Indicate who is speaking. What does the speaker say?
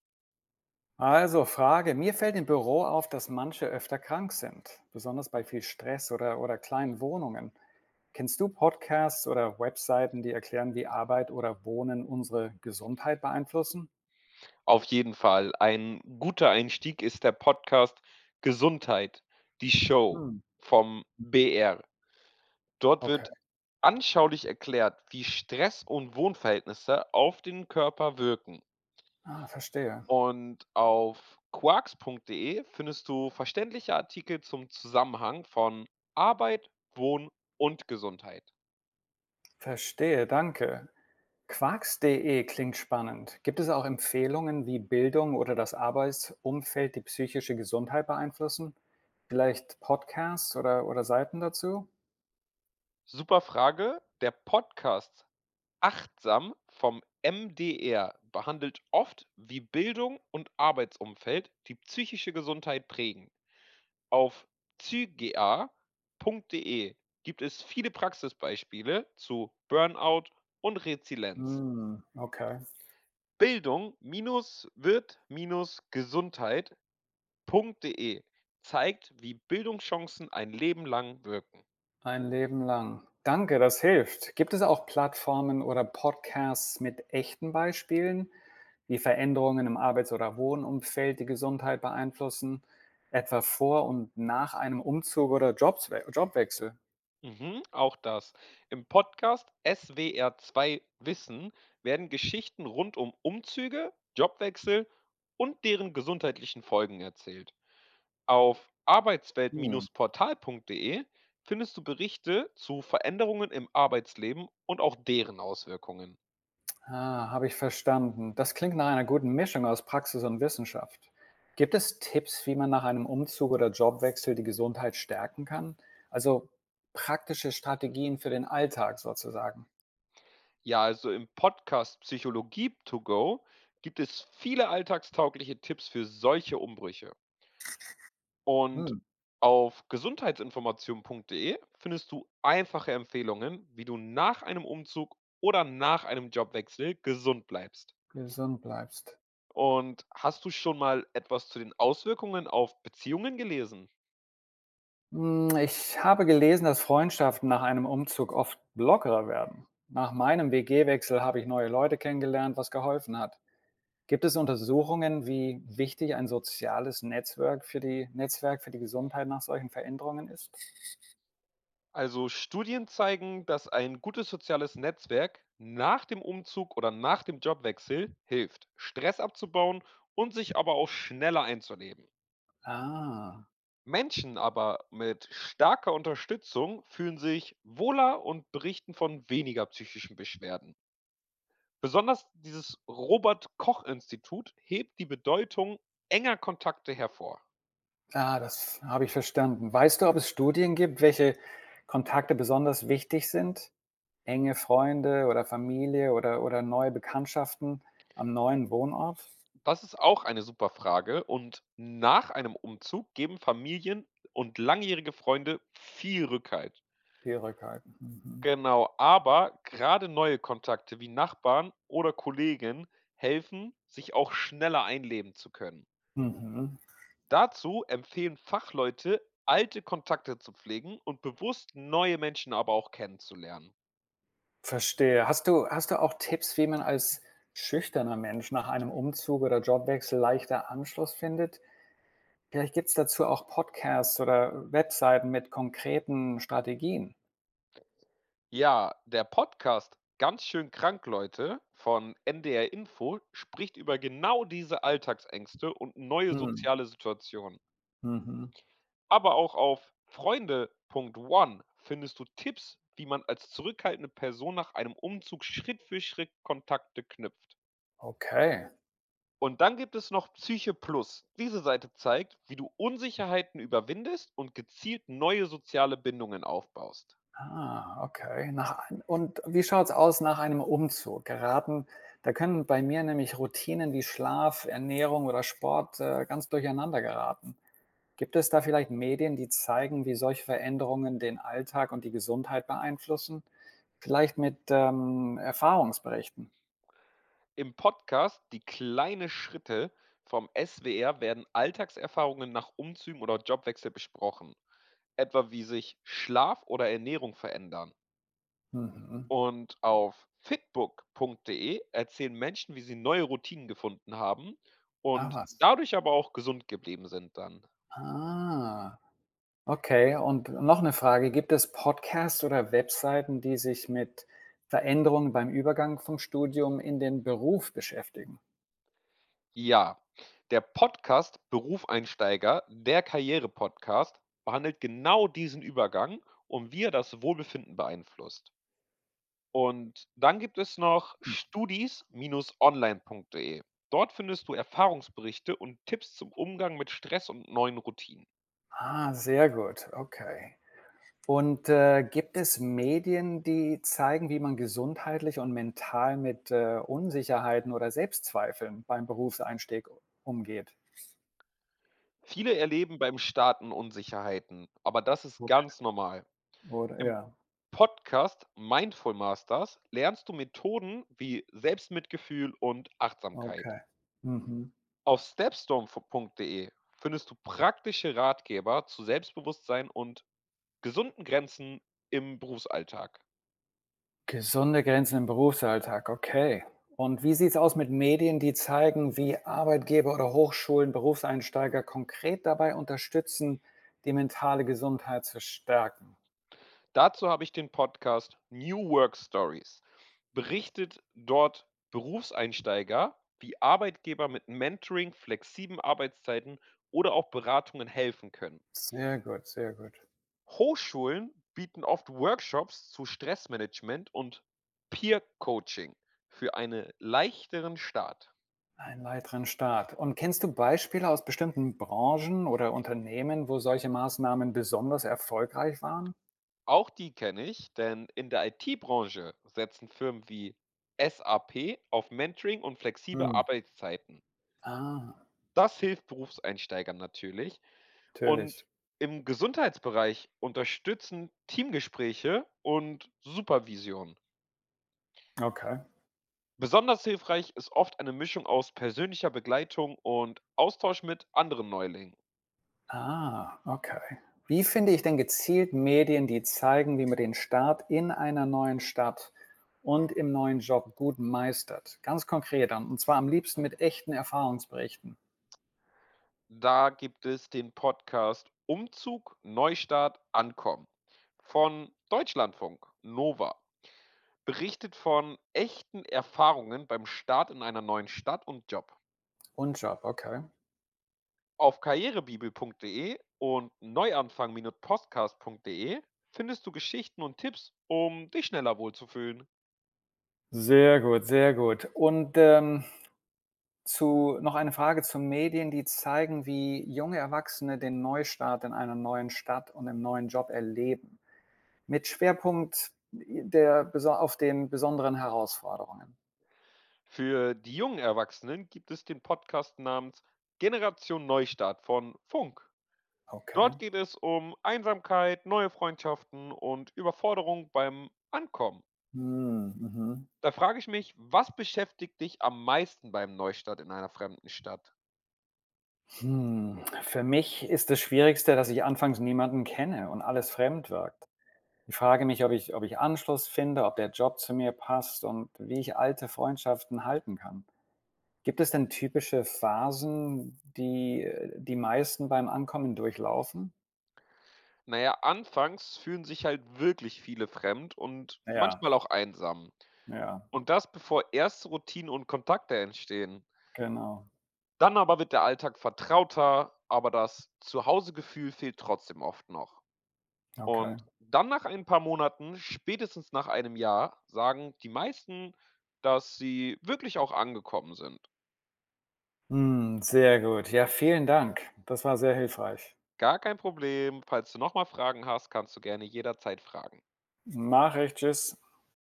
Speaker 1: Also Frage, mir fällt im Büro auf, dass manche öfter krank sind, besonders bei viel Stress oder kleinen Wohnungen. Kennst du Podcasts oder Webseiten, die erklären, wie Arbeit oder Wohnen unsere Gesundheit beeinflussen?
Speaker 2: Auf jeden Fall. Ein guter Einstieg ist der Podcast Gesundheit, die Show
Speaker 1: Hm,
Speaker 2: vom BR. Dort
Speaker 1: okay.
Speaker 2: wird anschaulich erklärt, wie Stress und Wohnverhältnisse auf den Körper wirken.
Speaker 1: Ah, verstehe.
Speaker 2: Und auf quarks.de findest du verständliche Artikel zum Zusammenhang von Arbeit, Wohn und Gesundheit.
Speaker 1: Verstehe, danke. Quarks.de klingt spannend. Gibt es auch Empfehlungen, wie Bildung oder das Arbeitsumfeld die psychische Gesundheit beeinflussen? Vielleicht Podcasts oder Seiten dazu?
Speaker 2: Super Frage. Der Podcast Achtsam vom MDR behandelt oft, wie Bildung und Arbeitsumfeld die psychische Gesundheit prägen. Auf zyga.de gibt es viele Praxisbeispiele zu Burnout und Resilienz.
Speaker 1: Hm, okay.
Speaker 2: Bildung-wird-gesundheit.de zeigt, wie Bildungschancen ein Leben lang wirken.
Speaker 1: Ein Leben lang. Danke, das hilft. Gibt es auch Plattformen oder Podcasts mit echten Beispielen, wie Veränderungen im Arbeits- oder Wohnumfeld die Gesundheit beeinflussen, etwa vor und nach einem Umzug oder Jobswe Jobwechsel?
Speaker 2: Mhm, auch das. Im Podcast SWR2 Wissen werden Geschichten rund um Umzüge, Jobwechsel und deren gesundheitlichen Folgen erzählt. Auf
Speaker 1: Hm.
Speaker 2: arbeitswelt-portal.de findest du Berichte zu Veränderungen im Arbeitsleben und auch deren Auswirkungen.
Speaker 1: Ah, habe ich verstanden. Das klingt nach einer guten Mischung aus Praxis und Wissenschaft. Gibt es Tipps, wie man nach einem Umzug oder Jobwechsel die Gesundheit stärken kann? Also praktische Strategien für den Alltag sozusagen.
Speaker 2: Ja, also im Podcast Psychologie to go gibt es viele alltagstaugliche Tipps für solche Umbrüche. Und
Speaker 1: Hm.
Speaker 2: auf gesundheitsinformation.de findest du einfache Empfehlungen, wie du nach einem Umzug oder nach einem Jobwechsel gesund bleibst.
Speaker 1: Gesund bleibst.
Speaker 2: Und hast du schon mal etwas zu den Auswirkungen auf Beziehungen gelesen?
Speaker 1: Hm, ich habe gelesen, dass Freundschaften nach einem Umzug oft lockerer werden. Nach meinem WG-Wechsel habe ich neue Leute kennengelernt, was geholfen hat. Gibt es Untersuchungen, wie wichtig ein soziales Netzwerk für die Gesundheit nach solchen Veränderungen ist?
Speaker 2: Also Studien zeigen, dass ein gutes soziales Netzwerk nach dem Umzug oder nach dem Jobwechsel hilft, Stress abzubauen und sich aber auch schneller einzuleben.
Speaker 1: Ah,
Speaker 2: Menschen aber mit starker Unterstützung fühlen sich wohler und berichten von weniger psychischen Beschwerden. Besonders dieses Robert-Koch-Institut hebt die Bedeutung enger Kontakte hervor.
Speaker 1: ah, das habe ich verstanden. Weißt du, ob es Studien gibt, welche Kontakte besonders wichtig sind? Enge Freunde oder Familie oder neue Bekanntschaften am neuen Wohnort?
Speaker 2: Das ist auch eine super Frage und nach einem Umzug geben Familien und langjährige Freunde viel Rückhalt.
Speaker 1: Schwierigkeiten. Mhm.
Speaker 2: Genau, aber gerade neue Kontakte wie Nachbarn oder Kollegen helfen, sich auch schneller einleben zu können.
Speaker 1: Mhm. Mhm.
Speaker 2: Dazu empfehlen Fachleute, alte Kontakte zu pflegen und bewusst neue Menschen aber auch kennenzulernen.
Speaker 1: Verstehe. Hast du auch Tipps, wie man als schüchterner Mensch nach einem Umzug oder Jobwechsel leichter Anschluss findet? Vielleicht gibt's dazu auch Podcasts oder Webseiten mit konkreten Strategien.
Speaker 2: Ja, der Podcast Ganz schön krank, Leute von NDR Info spricht über genau diese Alltagsängste und neue
Speaker 1: Mhm.
Speaker 2: soziale Situationen.
Speaker 1: Mhm.
Speaker 2: Aber auch auf Freunde.one findest du Tipps, wie man als zurückhaltende Person nach einem Umzug Schritt für Schritt Kontakte knüpft.
Speaker 1: Okay.
Speaker 2: Und dann gibt es noch Psyche Plus. Diese Seite zeigt, wie du Unsicherheiten überwindest und gezielt neue soziale Bindungen aufbaust.
Speaker 1: Ah, okay. Nach ein und wie schaut's aus nach einem Umzug? Geraten da können bei mir nämlich Routinen wie Schlaf, Ernährung oder Sport, ganz durcheinander geraten. Gibt es da vielleicht Medien, die zeigen, wie solche Veränderungen den Alltag und die Gesundheit beeinflussen? Vielleicht mit, Erfahrungsberichten?
Speaker 2: Im Podcast Die kleine Schritte vom SWR werden Alltagserfahrungen nach Umzügen oder Jobwechsel besprochen, etwa wie sich Schlaf oder Ernährung verändern.
Speaker 1: Mhm.
Speaker 2: Und auf fitbook.de erzählen Menschen, wie sie neue Routinen gefunden haben
Speaker 1: Ah,
Speaker 2: und
Speaker 1: was.
Speaker 2: dadurch aber auch gesund geblieben sind dann.
Speaker 1: Ah, okay. Und noch eine Frage, gibt es Podcasts oder Webseiten, die sich mit Veränderungen beim Übergang vom Studium in den Beruf beschäftigen?
Speaker 2: Ja, der Podcast Berufeinsteiger, der Karriere-Podcast, behandelt genau diesen Übergang und wie er das Wohlbefinden beeinflusst. Und dann gibt es noch studis-online.de. Dort findest du Erfahrungsberichte und Tipps zum Umgang mit Stress und neuen Routinen.
Speaker 1: Ah, sehr gut, okay. Und, gibt es Medien, die zeigen, wie man gesundheitlich und mental mit, Unsicherheiten oder Selbstzweifeln beim Berufseinstieg umgeht?
Speaker 2: Viele erleben beim Starten Unsicherheiten, aber das ist
Speaker 1: Ok
Speaker 2: ganz normal.
Speaker 1: oder
Speaker 2: Im
Speaker 1: ja,
Speaker 2: Podcast Mindful Masters lernst du Methoden wie Selbstmitgefühl und Achtsamkeit.
Speaker 1: okay. Mhm.
Speaker 2: Auf stepstorm.de findest du praktische Ratgeber zu Selbstbewusstsein und gesunden Grenzen im Berufsalltag.
Speaker 1: Gesunde Grenzen im Berufsalltag, okay. Und wie sieht's aus mit Medien, die zeigen, wie Arbeitgeber oder Hochschulen Berufseinsteiger konkret dabei unterstützen, die mentale Gesundheit zu stärken?
Speaker 2: Dazu habe ich den Podcast New Work Stories. Berichtet dort Berufseinsteiger, wie Arbeitgeber mit Mentoring, flexiblen Arbeitszeiten oder auch Beratungen helfen können.
Speaker 1: Sehr gut, sehr gut.
Speaker 2: Hochschulen bieten oft Workshops zu Stressmanagement und Peer Coaching für einen leichteren Start.
Speaker 1: Einen weiteren Staat. Und kennst du Beispiele aus bestimmten Branchen oder Unternehmen, wo solche Maßnahmen besonders erfolgreich waren?
Speaker 2: Auch die kenne ich, denn in der IT-Branche setzen Firmen wie SAP auf Mentoring und flexible
Speaker 1: Hm.
Speaker 2: Arbeitszeiten.
Speaker 1: Ah,
Speaker 2: Das hilft Berufseinsteigern natürlich. Und
Speaker 1: natürlich.
Speaker 2: im Gesundheitsbereich unterstützen Teamgespräche und Supervision.
Speaker 1: Okay.
Speaker 2: Besonders hilfreich ist oft eine Mischung aus persönlicher Begleitung und Austausch mit anderen Neulingen.
Speaker 1: Ah, okay. Wie finde ich denn gezielt Medien, die zeigen, wie man den Staat in einer neuen Stadt und im neuen Job gut meistert? Ganz konkret dann. Und zwar am liebsten mit echten Erfahrungsberichten.
Speaker 2: Da gibt es den Podcast Umzug, Neustart, Ankommen von Deutschlandfunk, Nova, berichtet von echten Erfahrungen beim Start in einer neuen Stadt und Job.
Speaker 1: Und Job, okay.
Speaker 2: Auf karrierebibel.de und neuanfang-podcast.de findest du Geschichten und Tipps, um dich schneller wohlzufühlen.
Speaker 1: Sehr gut, sehr gut. Und zu noch eine Frage zu Medien, die zeigen, wie junge Erwachsene den Neustart in einer neuen Stadt und im neuen Job erleben, mit Schwerpunkt der, auf den besonderen Herausforderungen.
Speaker 2: Für die jungen Erwachsenen gibt es den Podcast namens Generation Neustart von Funk. Dort
Speaker 1: Okay.
Speaker 2: geht es um Einsamkeit, neue Freundschaften und Überforderung beim Ankommen.
Speaker 1: Hm, mhm.
Speaker 2: Da frage ich mich, was beschäftigt dich am meisten beim Neustart in einer fremden Stadt?
Speaker 1: Hm. Für mich ist das Schwierigste, dass ich anfangs niemanden kenne und alles fremd wirkt. Ich frage mich, ob ich Anschluss finde, ob der Job zu mir passt und wie ich alte Freundschaften halten kann. Gibt es denn typische Phasen, die meisten beim Ankommen durchlaufen?
Speaker 2: Naja, anfangs fühlen sich halt wirklich viele fremd und
Speaker 1: Ja,
Speaker 2: manchmal auch einsam.
Speaker 1: ja,
Speaker 2: Und das, bevor erste Routinen und Kontakte entstehen.
Speaker 1: genau.
Speaker 2: Dann aber wird der Alltag vertrauter, aber das Zuhausegefühl fehlt trotzdem oft noch.
Speaker 1: Okay.
Speaker 2: Und dann nach ein paar Monaten, spätestens nach einem Jahr, sagen die meisten, dass sie wirklich auch angekommen sind.
Speaker 1: Mhm, sehr gut. Ja, vielen Dank. Das war sehr hilfreich.
Speaker 2: Gar kein Problem. Falls du nochmal Fragen hast, kannst du gerne jederzeit fragen.
Speaker 1: Mach ich. Tschüss.